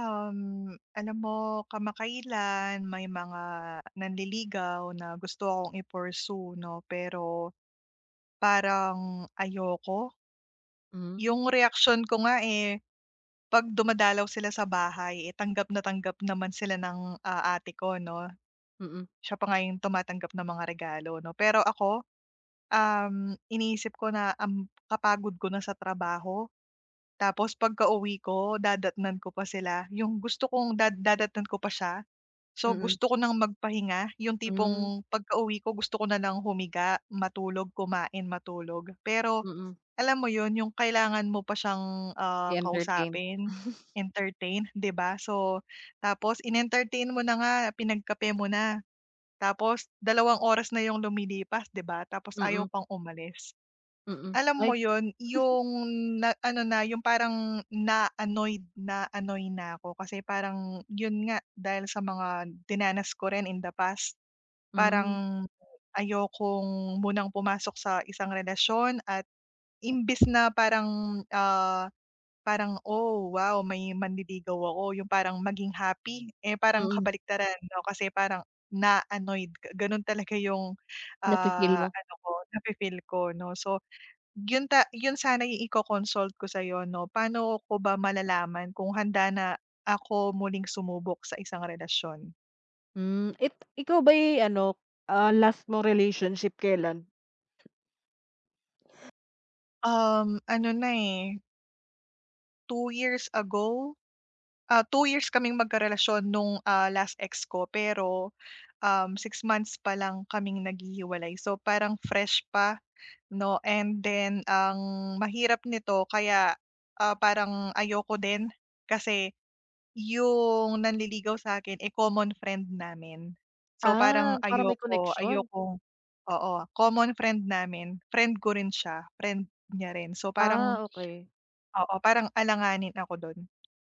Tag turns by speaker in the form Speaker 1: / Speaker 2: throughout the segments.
Speaker 1: Alam mo, kamakailan may mga nanliligaw na gusto akong i-pursue, no? Pero parang ayoko.
Speaker 2: Hmm,
Speaker 1: Yung reaction ko nga eh, pag dumadalaw sila sa bahay, eh, tanggap na tanggap naman sila ng ate ko, no?
Speaker 2: mm,
Speaker 1: Siya pa nga yung tumatanggap ng mga regalo, no? Pero ako, iniisip ko na ang kapagod ko na sa trabaho. Tapos pagka-uwi ko, dadatnan ko pa sila. Yung gusto kong dadatnan ko pa siya. So,
Speaker 2: mm,
Speaker 1: gusto ko ng magpahinga, yung tipong
Speaker 2: hmm,
Speaker 1: pagkauwi ko gusto ko na lang humiga, matulog, kumain, matulog. Pero
Speaker 2: mm,
Speaker 1: alam mo yun, yung kailangan mo pa siyang,
Speaker 2: i-entertain.
Speaker 1: kausapin, entertain, 'di ba? So, tapos in-entertain mo na nga, pinagkape mo na, tapos 2 oras na yung lumilipas, 'di ba? Tapos ayaw
Speaker 2: Mm,
Speaker 1: pang umalis.
Speaker 2: mm,
Speaker 1: Alam
Speaker 2: ay,
Speaker 1: mo yun, yung na ano na, yung parang na-annoyed na annoy na ako kasi parang yun nga, dahil sa mga dinanas ko rin in the past,
Speaker 2: hmm,
Speaker 1: parang ayokong munang pumasok sa isang relasyon at imbis na parang, parang, "Oh, wow, may manliligaw ako," yung parang maging happy, eh, parang
Speaker 2: mm,
Speaker 1: kabaliktaran 'no, kasi parang na-annoyed, ganun talaga yung,
Speaker 2: nafi-feel mo?
Speaker 1: ano ko, nafi-feel ko 'no. So yun yun sana yung iko-consult ko sa'yo 'no, paano ko ba malalaman kung handa na ako muling sumubok sa isang relasyon?
Speaker 2: Hmm, ikaw ba'y ano, ah, last mong relationship kailan?
Speaker 1: Ano na, eh, 2 years ago, 2 years kaming magkarelasyon nung, last ex ko pero, six months pa lang kaming naghihiwalay. So, parang fresh pa 'no, and then ang mahirap nito kaya, parang ayoko din kasi yung nanliligaw sa'kin, eh, common friend namin. So,
Speaker 2: Ah,
Speaker 1: parang
Speaker 2: para may connection?
Speaker 1: ayokong oo, common friend namin, friend ko rin siya, friend niya rin. So, parang
Speaker 2: Ah, okey.
Speaker 1: oo, parang alanganin ako do'n.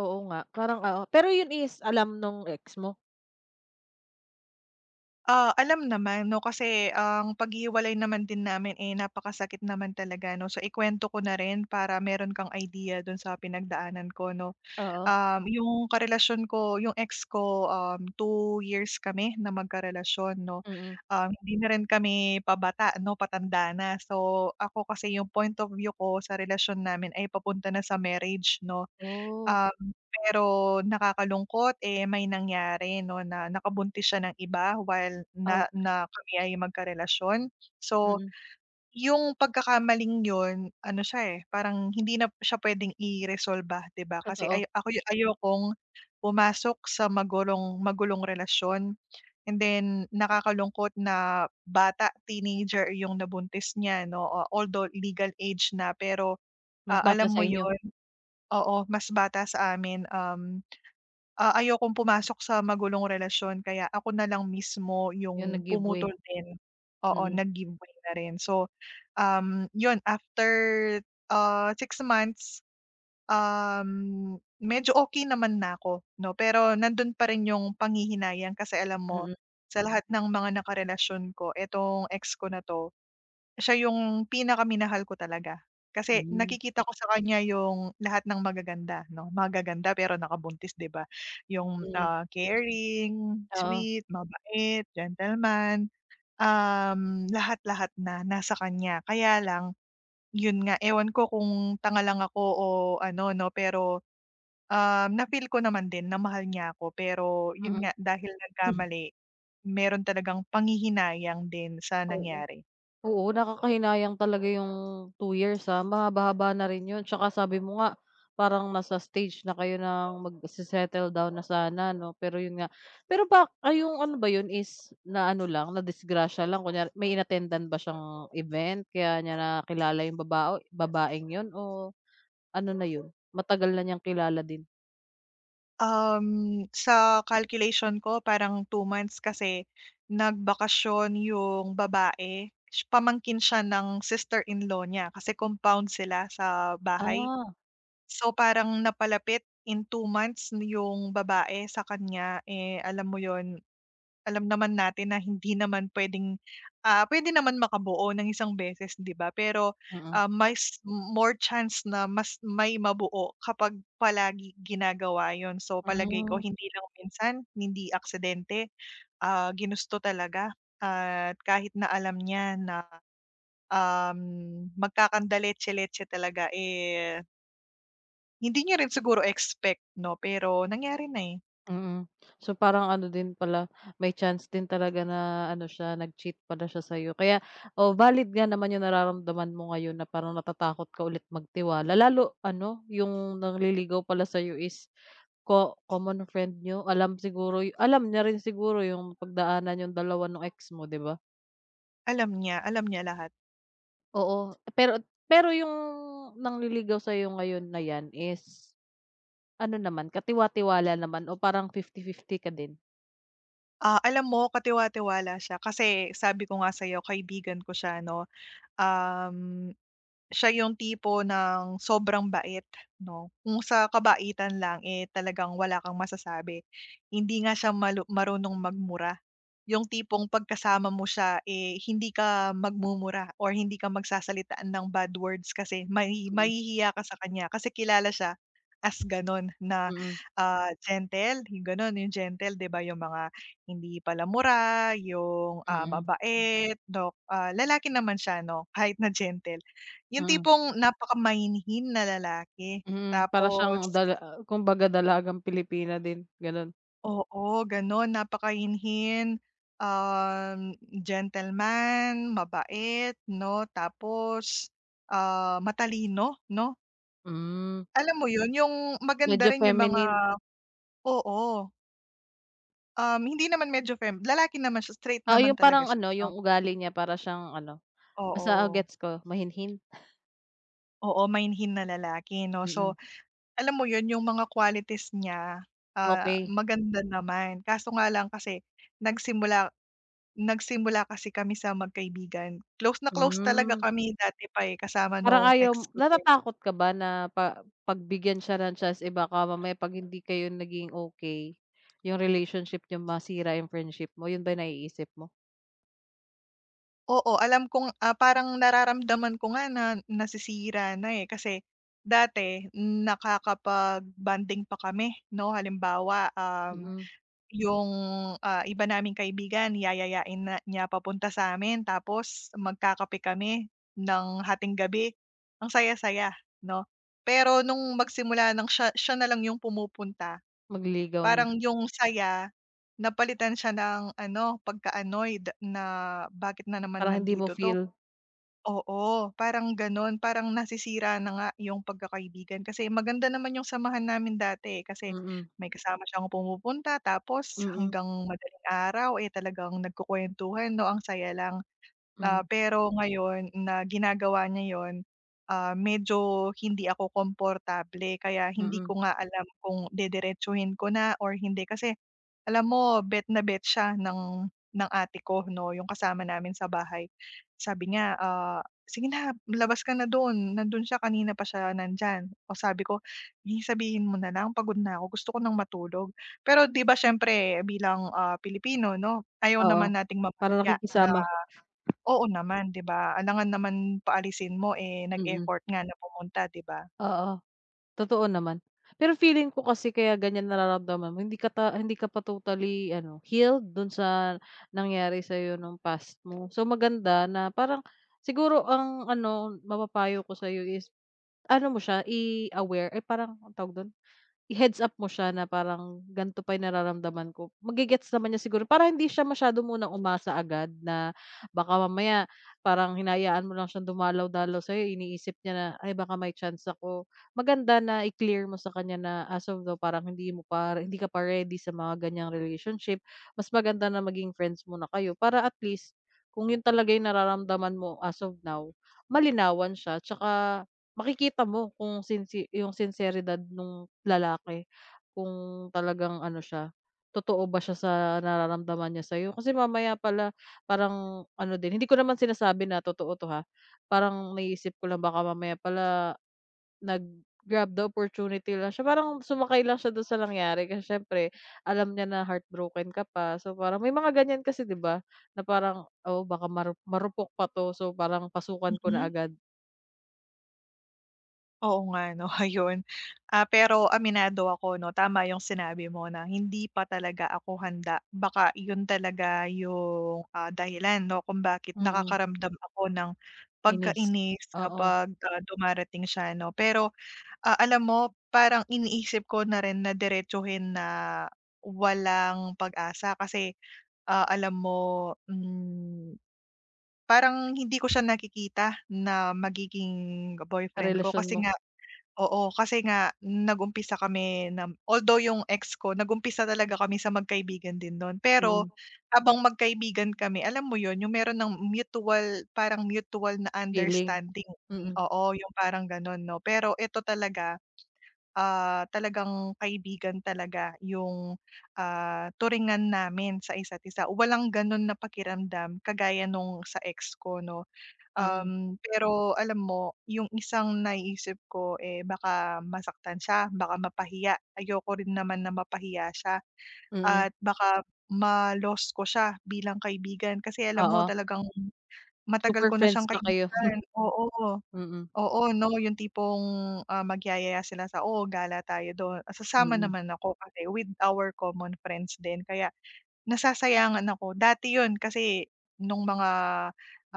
Speaker 2: Oo nga, parang, oo. Pero yun is alam nung ex mo?
Speaker 1: Ah, alam naman 'no, kasi ang paghihiwalay naman din namin, eh, napakasakit naman talaga 'no. So, ikuwento ko na rin para meron kang idea do'n sa pinagdaanan ko 'no.
Speaker 2: Oo,
Speaker 1: Yung karelasyon ko yung ex ko, 2 years kami na magkarelasyon 'no.
Speaker 2: mm.
Speaker 1: Hindi na rin kami pabata 'no, patanda na. So, ako kasi yung point of view ko sa relasyon namin ay papunta na sa marriage 'no.
Speaker 2: Oh,
Speaker 1: Pero nakakalungkot, eh, may nangyari 'no, na nakabuntis siya ng iba while na
Speaker 2: ouch.
Speaker 1: na kami ay magkarelasyon. So
Speaker 2: Mm,
Speaker 1: yung pagkakamaling yun ano siya, eh, parang hindi na siya puwedeng iresolba, 'di ba? Kasi ay
Speaker 2: totoo.
Speaker 1: ayokong pumasok sa magulong magulong relasyon, and then nakakalungkot na bata, teenager yung nabuntis niya 'no, o although legal age na pero
Speaker 2: Mas
Speaker 1: ah,
Speaker 2: bata
Speaker 1: alam mo
Speaker 2: sa inyo,
Speaker 1: yon, oo, mas bata sa amin, ayokong pumasok sa magulong relasyon kaya ako na lang mismo
Speaker 2: yung
Speaker 1: yung
Speaker 2: nag-give way.
Speaker 1: pumutol din. Oo,
Speaker 2: Mm,
Speaker 1: nag-give way na rin. So, yon after, 6 months, um, medyo okey naman na ako 'no, pero nandun pa rin yung panghihinayang kasi alam mo
Speaker 2: mm,
Speaker 1: sa lahat ng mga nakarelasyon ko, itong ex ko na 'to siya yung pinakaminahal ko talaga. Kasi
Speaker 2: hmm,
Speaker 1: nakikita ko sa kanya yung lahat ng magaganda 'no, magaganda pero nakabuntis 'di ba? Yung,
Speaker 2: hmm,
Speaker 1: caring,
Speaker 2: oo,
Speaker 1: sweet, mabait, gentleman, lahat-lahat na nasa kanya. Kaya lang, yun nga ewan ko kung tanga lang ako o ano 'no, pero, na-feel ko naman din na mahal niya ako pero yun
Speaker 2: mm.
Speaker 1: nga dahil nagkamali, meron talagang panghihinayang din sa
Speaker 2: Oo.
Speaker 1: nangyari.
Speaker 2: Oo, nakakahinayang talaga yung 2 years, ah, mahaba-haba na rin yun tsaka sabi mo nga parang nasa stage na kayo ng magse-settle down na sana 'no, pero yun nga. Pero ba ay yung ano ba yun is na ano lang, na nadisgrasya lang kunyari may ba siyang event kaya niya nakilala yung babaeng yun o ano na yun, matagal na niyang kilala din?
Speaker 1: Sa calculation ko parang 2 months kasi nagbakasyon yung babae, pamangkin siya ng sister-in-law niya kasi compound sila sa bahay.
Speaker 2: Ah,
Speaker 1: So, parang napalapit in 2 months yung babae sa kanya, eh, alam mo yon, alam naman natin na hindi naman puwedeng, puwede naman makabuo ng isang beses, 'di ba? Pero,
Speaker 2: mm,
Speaker 1: mas more chance na mas may mabuo kapag palagi ginagawa yun. So, palagay ko
Speaker 2: hmm.
Speaker 1: hindi lang minsan, hindi aksidente, ginusto talaga at kahit na alam niya na, um, magkakandaletse-letse talaga, eh hindi niya rin siguro expect 'no, pero nangyari na, eh.
Speaker 2: Mm. So, parang ano din pala, may chance din talaga na ano siya, nag-cheat pala siya sa'yo. Kaya, oh, valid nga naman yung nararamdaman mo ngayon na parang natatakot ka ulit magtiwala. Lalo ano, yung nangliligaw pala sa'yo is ko common friend niyo. Alam siguro, y- alam niya rin siguro yung pagdaanan yung dalawa nung ex mo, 'di ba?
Speaker 1: Alam niya lahat.
Speaker 2: Oo, pero pero yung nangliligaw sa'yo ngayon na 'yan is ano naman, katiwa-tiwala naman o parang 50/50 ka din?
Speaker 1: Ah, alam mo katiwa-tiwala siya kasi sabi ko nga sa'yo kaibigan ko siya 'no, um siya yung tipo ng sobrang bait 'no, kung sa kabaitan lang, eh, talagang wala kang masasabi. Hindi nga siya marunong magmura, yung tipong pagkasama mo siya, eh, hindi ka magmumura or hindi ka magsasalitaan ng bad words kasi may
Speaker 2: Mm,
Speaker 1: mahihiya ka sa kanya kasi kilala siya as gano'n na,
Speaker 2: mm,
Speaker 1: gentle, yung gano'n, yung gentle 'di ba, yung mga hindi palamura, yung,
Speaker 2: mm.
Speaker 1: mabait 'no, ah, lalaki naman siya 'no, kahit na gentle. Yung
Speaker 2: Mm,
Speaker 1: tipong napakahinhin na lalaki,
Speaker 2: mm. Para siyang
Speaker 1: tapos
Speaker 2: dala ah, kumbaga dalagang Pilipina din, gano'n?
Speaker 1: oo, gano'n napakahinhin, um, gentleman, mabait 'no, tapos, matalino 'no.
Speaker 2: Hmm,
Speaker 1: Alam mo 'yun, yung maganda
Speaker 2: medyo
Speaker 1: rin yung mga
Speaker 2: feminine.
Speaker 1: oo, hindi naman medyo fem, lalaki naman siya, straight
Speaker 2: Oo,
Speaker 1: naman
Speaker 2: yung
Speaker 1: talaga
Speaker 2: parang
Speaker 1: siya
Speaker 2: ano, yung
Speaker 1: 'no,
Speaker 2: ugali niya para siyang ano, basta ah,
Speaker 1: oo.
Speaker 2: gets ko, mahinhin?
Speaker 1: Oo, mainhin na lalaki 'no. So,
Speaker 2: Mm,
Speaker 1: alam mo yun yung mga qualities niya,
Speaker 2: okey.
Speaker 1: maganda naman. Kaso nga lang kasi nagsimula nagsimula kasi kami sa magkaibigan. Close na close talaga
Speaker 2: Hmm,
Speaker 1: kami dati pa, eh, kasama
Speaker 2: parang
Speaker 1: nung
Speaker 2: ayaw
Speaker 1: ex ko din.
Speaker 2: natatakot ka ba na pa pagbigyan siya ng chance, eh, baka mamaya 'pag hindi kayo naging okey, yung relationship niyo masira yung friendship mo, yun ba naiisip mo?
Speaker 1: Oo, alam kong, parang nararamdaman ko nga na nasisira na, eh, kasi dati nakakapag-bonding pa kami 'no. Halimbawa,
Speaker 2: Mm,
Speaker 1: yung, iba naming kaibigan yayayain na niya papunta sa'min tapos magkakape kami ng hating gabi, ang saya-saya 'no. Pero nung magsimula ng siya siya na lang yung pumupunta,
Speaker 2: magligaw na,
Speaker 1: parang yung saya napalitan siya ng ano, pagka-annoyed na bakit na naman
Speaker 2: parang hindi mo
Speaker 1: nandito 'to.
Speaker 2: feel.
Speaker 1: Oo, parang gano'n. Parang nasisira na nga 'yung pagkakaibigan kasi maganda naman 'yung samahan namin dati, eh, kasi
Speaker 2: Mm,
Speaker 1: may kasama siyang pumupunta tapos
Speaker 2: mm,
Speaker 1: hanggang madaling araw, eh, talagang nagkukuwentuhan 'no, ang saya lang. Ah,
Speaker 2: hmm,
Speaker 1: pero ngayon na ginagawa niya 'yon, medyo hindi ako komportable kaya hindi
Speaker 2: mm.
Speaker 1: ko nga alam kung dediretsuhin ko na or hindi. Kasi alam mo bet na bet siya ng ate ko 'no, yung kasama namin sa bahay. Sabi niya, ah, "Sige na labas ka na do'n, nando'n siya kanina pa siya nandiyan." O sabi ko, "'Di sabihin mo na lang pagod na ako, gusto ko ng matulog." Pero 'di ba siyempre bilang, Pilipino 'no, ayaw
Speaker 2: Oo,
Speaker 1: naman nating
Speaker 2: parang
Speaker 1: mapahiya na
Speaker 2: nakikisama,
Speaker 1: oo naman, 'di ba? Alangan naman paalisin mo, eh,
Speaker 2: mm.
Speaker 1: nag-effort nga na pumunta, 'di ba?
Speaker 2: Oo, totoo naman. Pero feeling ko kasi kaya ganyan nararamdaman mo hindi ka pa totally ano, healed dun sa nangyari sa'yo nung past mo. So, maganda na parang siguro ang ano, mapapayo ko sa'yo is ano mo siya i-aware eh parang anong tawag dun? I-heads up mo siya na parang ganito pa yung nararamdaman ko, gets naman niya siguro para hindi siya masyado munang umasa agad na baka mamaya parang hinayaan mo lang siyang dumalaw-dalaw sa'yo iniisip niya na, "Ay baka may chance ako." Maganda na i-clear mo sa kanya na as of now parang hindi ka pa ready sa mga ganyang relationship. Mas maganda na maging friends muna kayo para at least kung yun talaga yung nararamdaman mo as of now, malinawan siya tsaka makikita mo kung yung sinseridad nung lalaki, kung talagang ano siya, totoo ba siya sa nararamdaman niya sa'yo. Kasi mamaya pala parang ano din, hindi ko naman sinasabi na totoo 'to, ha. Parang naiisip ko lang baka mamaya pala nag-grab the opportunity lang siya, parang sumakay lang siya dun sa nangyari kasi siyempre alam niya na heartbroken ka pa. So, parang may mga ganyan kasi, 'di ba, na parang, "Oh, baka marupok pa 'to, so parang pasukan ko na
Speaker 1: Mm.
Speaker 2: agad."
Speaker 1: Oo nga 'no, ayun. Ah, pero aminado ako 'no, tama yung sinabi mo na hindi pa talaga ako handa. Baka yun talaga yung, dahilan 'no, kung bakit
Speaker 2: Mm.
Speaker 1: nakakaramdam ako ng
Speaker 2: Inis,
Speaker 1: pagkainis
Speaker 2: oo,
Speaker 1: kapag, dumarating siya 'no. Pero, alam mo parang iniisip ko na rin na diretsuhin na walang pag-asa kasi, alam mo, hmm parang hindi ko siya nakikita na magiging boyfriend ko
Speaker 2: karelasyon
Speaker 1: kasi
Speaker 2: mo,
Speaker 1: nga oo, kasi nga nag-umpisa kami na although yung ex ko nag-umpisa talaga kami sa magkaibigan din nun,
Speaker 2: mm,
Speaker 1: pero habang magkaibigan kami alam mo yun, yung meron ng parang mutual na
Speaker 2: feeling,
Speaker 1: understanding, mm,
Speaker 2: mm,
Speaker 1: oo, yung parang ganon 'no. Pero eto talaga, talagang kaibigan talaga yung, turingan namin sa isa't isa. Walang ganon na pakiramdam kagaya nung sa ex ko 'no.
Speaker 2: mm,
Speaker 1: Pero alam mo, yung isang naiisip ko, eh, baka masaktan siya, baka mapahiya. Ayoko rin naman na mapahiya siya
Speaker 2: mm,
Speaker 1: at baka ma-lost ko siya bilang kaibigan. Kasi alam mo
Speaker 2: oo,
Speaker 1: talagang matagal
Speaker 2: super
Speaker 1: ko na
Speaker 2: friends
Speaker 1: siyang
Speaker 2: pa kayo,
Speaker 1: kaibigan, oo.
Speaker 2: mm,
Speaker 1: Oo 'no, yung tipong, magyayaya sila sa, oo gala tayo do'n." Sasama
Speaker 2: mm,
Speaker 1: naman ako kasi with our common friends din kaya nasasayangan ako. Dati 'yun kasi nung mga,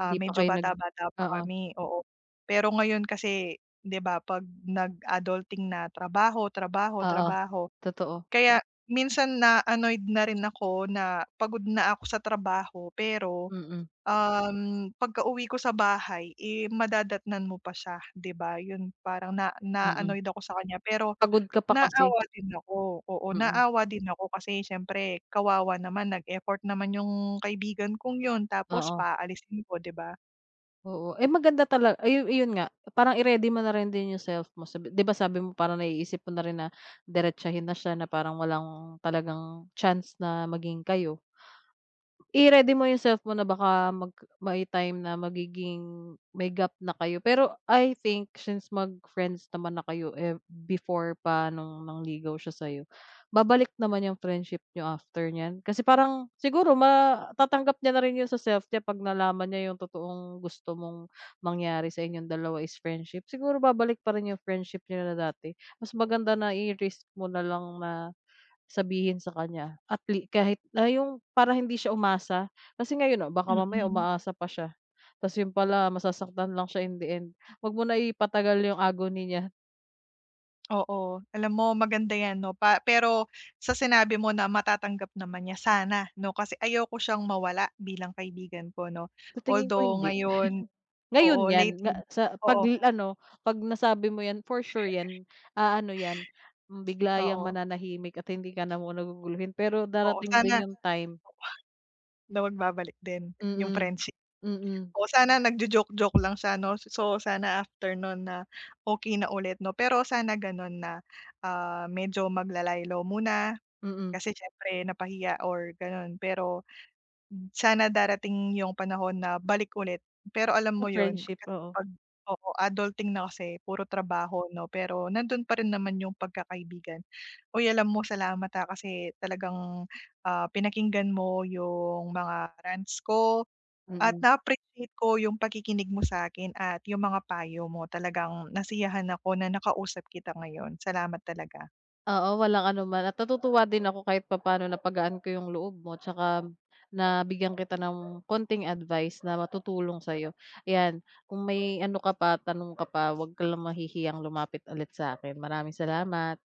Speaker 2: pa
Speaker 1: medyo
Speaker 2: kayo nag
Speaker 1: bata-bata pa
Speaker 2: oo,
Speaker 1: kami, oo. Pero ngayon kasi 'di ba 'pag nag-adulting na trabaho, trabaho,
Speaker 2: oo,
Speaker 1: trabaho,
Speaker 2: totoo,
Speaker 1: kaya minsan na-annoyed na rin ako na pagod na ako sa trabaho pero,
Speaker 2: mm,
Speaker 1: pagkauwi ko sa bahay, eh, madadatnan mo pa siya, 'di ba? 'Yun parang
Speaker 2: mm,
Speaker 1: na-annoyed ako sa kanya pero
Speaker 2: pagod ka pa kasi,
Speaker 1: naawa din ako, oo,
Speaker 2: mm,
Speaker 1: naawa din ako kasi siyempre kawawa naman nag-effort naman yung kaibigan kong yun tapos
Speaker 2: oo,
Speaker 1: paalisin ko, 'di ba?
Speaker 2: oo, eh, maganda tala ayu ayun nga, parang i-ready mo na rin din yung self mo sabi 'di ba sabi mo parang naiisip mo na rin na diretsahin na siya na parang walang talagang chance na maging kayo. I-ready mo yung self mo na baka mag may time na magiging may gap na kayo. Pero I think since mag-friends naman na kayo, eh, before pa nung nangligaw siya sa'yo, babalik naman yung friendship niyo after niyan. Kasi parang siguro matatanggap niya na rin yun sa self niya 'pag nalaman niya yung totoong gusto mong mangyari sa inyong dalawa is friendship. Siguro babalik pa rin yung friendship niyo na dati. Mas maganda na i-risk mo na lang na sabihin sa kanya at lea kahit na yung para hindi siya umasa, kasi ngayon, oh, baka mamaya
Speaker 1: Mm,
Speaker 2: umaasa pa siya, ta's yun pala masasaktan lang siya in the end. 'Wag mo na ipatagal yung agony niya,
Speaker 1: oo. Alam mo maganda 'yan 'no, pero sa sinabi mo na matatanggap naman niya sana 'no, kasi ayoko siyang mawala bilang kaibigan ko 'no.
Speaker 2: sa tingin ko
Speaker 1: Although
Speaker 2: hindi.
Speaker 1: ngayon oo,
Speaker 2: Ngayon 'yan, nga
Speaker 1: lately
Speaker 2: sa 'pag
Speaker 1: oo,
Speaker 2: ano, 'pag nasabi mo 'yan for sure 'yan, aano 'yan, hmm, bigla 'yang
Speaker 1: oo,
Speaker 2: mananahimik at hindi ka na muna guguluhin pero
Speaker 1: oo,
Speaker 2: darating
Speaker 1: sana
Speaker 2: din yung time
Speaker 1: na 'wag babalik din yung
Speaker 2: mm,
Speaker 1: friendship.
Speaker 2: mm,
Speaker 1: Oo, sana nagjo-joke-joke lang siya 'no. So, sana after nun na okey na ulit 'no. Pero sana ganun na, medyo magla-lie-low muna
Speaker 2: mm,
Speaker 1: kasi siyempre napahiya or ganun. Pero sana darating yung panahon na balik ulit. Pero alam
Speaker 2: sa
Speaker 1: mo yun,
Speaker 2: friendship,
Speaker 1: kasi
Speaker 2: oo,
Speaker 1: 'pag oo, adulting na kasi puro trabaho 'no, pero nandun pa rin naman yung pagkakaibigan. Uy, alam mo salamat, kasi talagang, pinakinggan mo yung mga rants ko. At
Speaker 2: mm.
Speaker 1: na-appreciate ko yung pakikinig mo sa akin at yung mga payo mo. Talagang nasiyahan ako na nakausap kita ngayon. Salamat talaga.
Speaker 2: Oo, walang anuman at natutuwa din ako kahit papaano napagaan ko yung loob mo tsaka nabigyan kita ng konting advice na matutulong sa'yo. Ayan, kung may ano ka pa, tanong ka pa, 'wag ka lang mahihiyang lumapit ulit sa akin. Maraming salamat.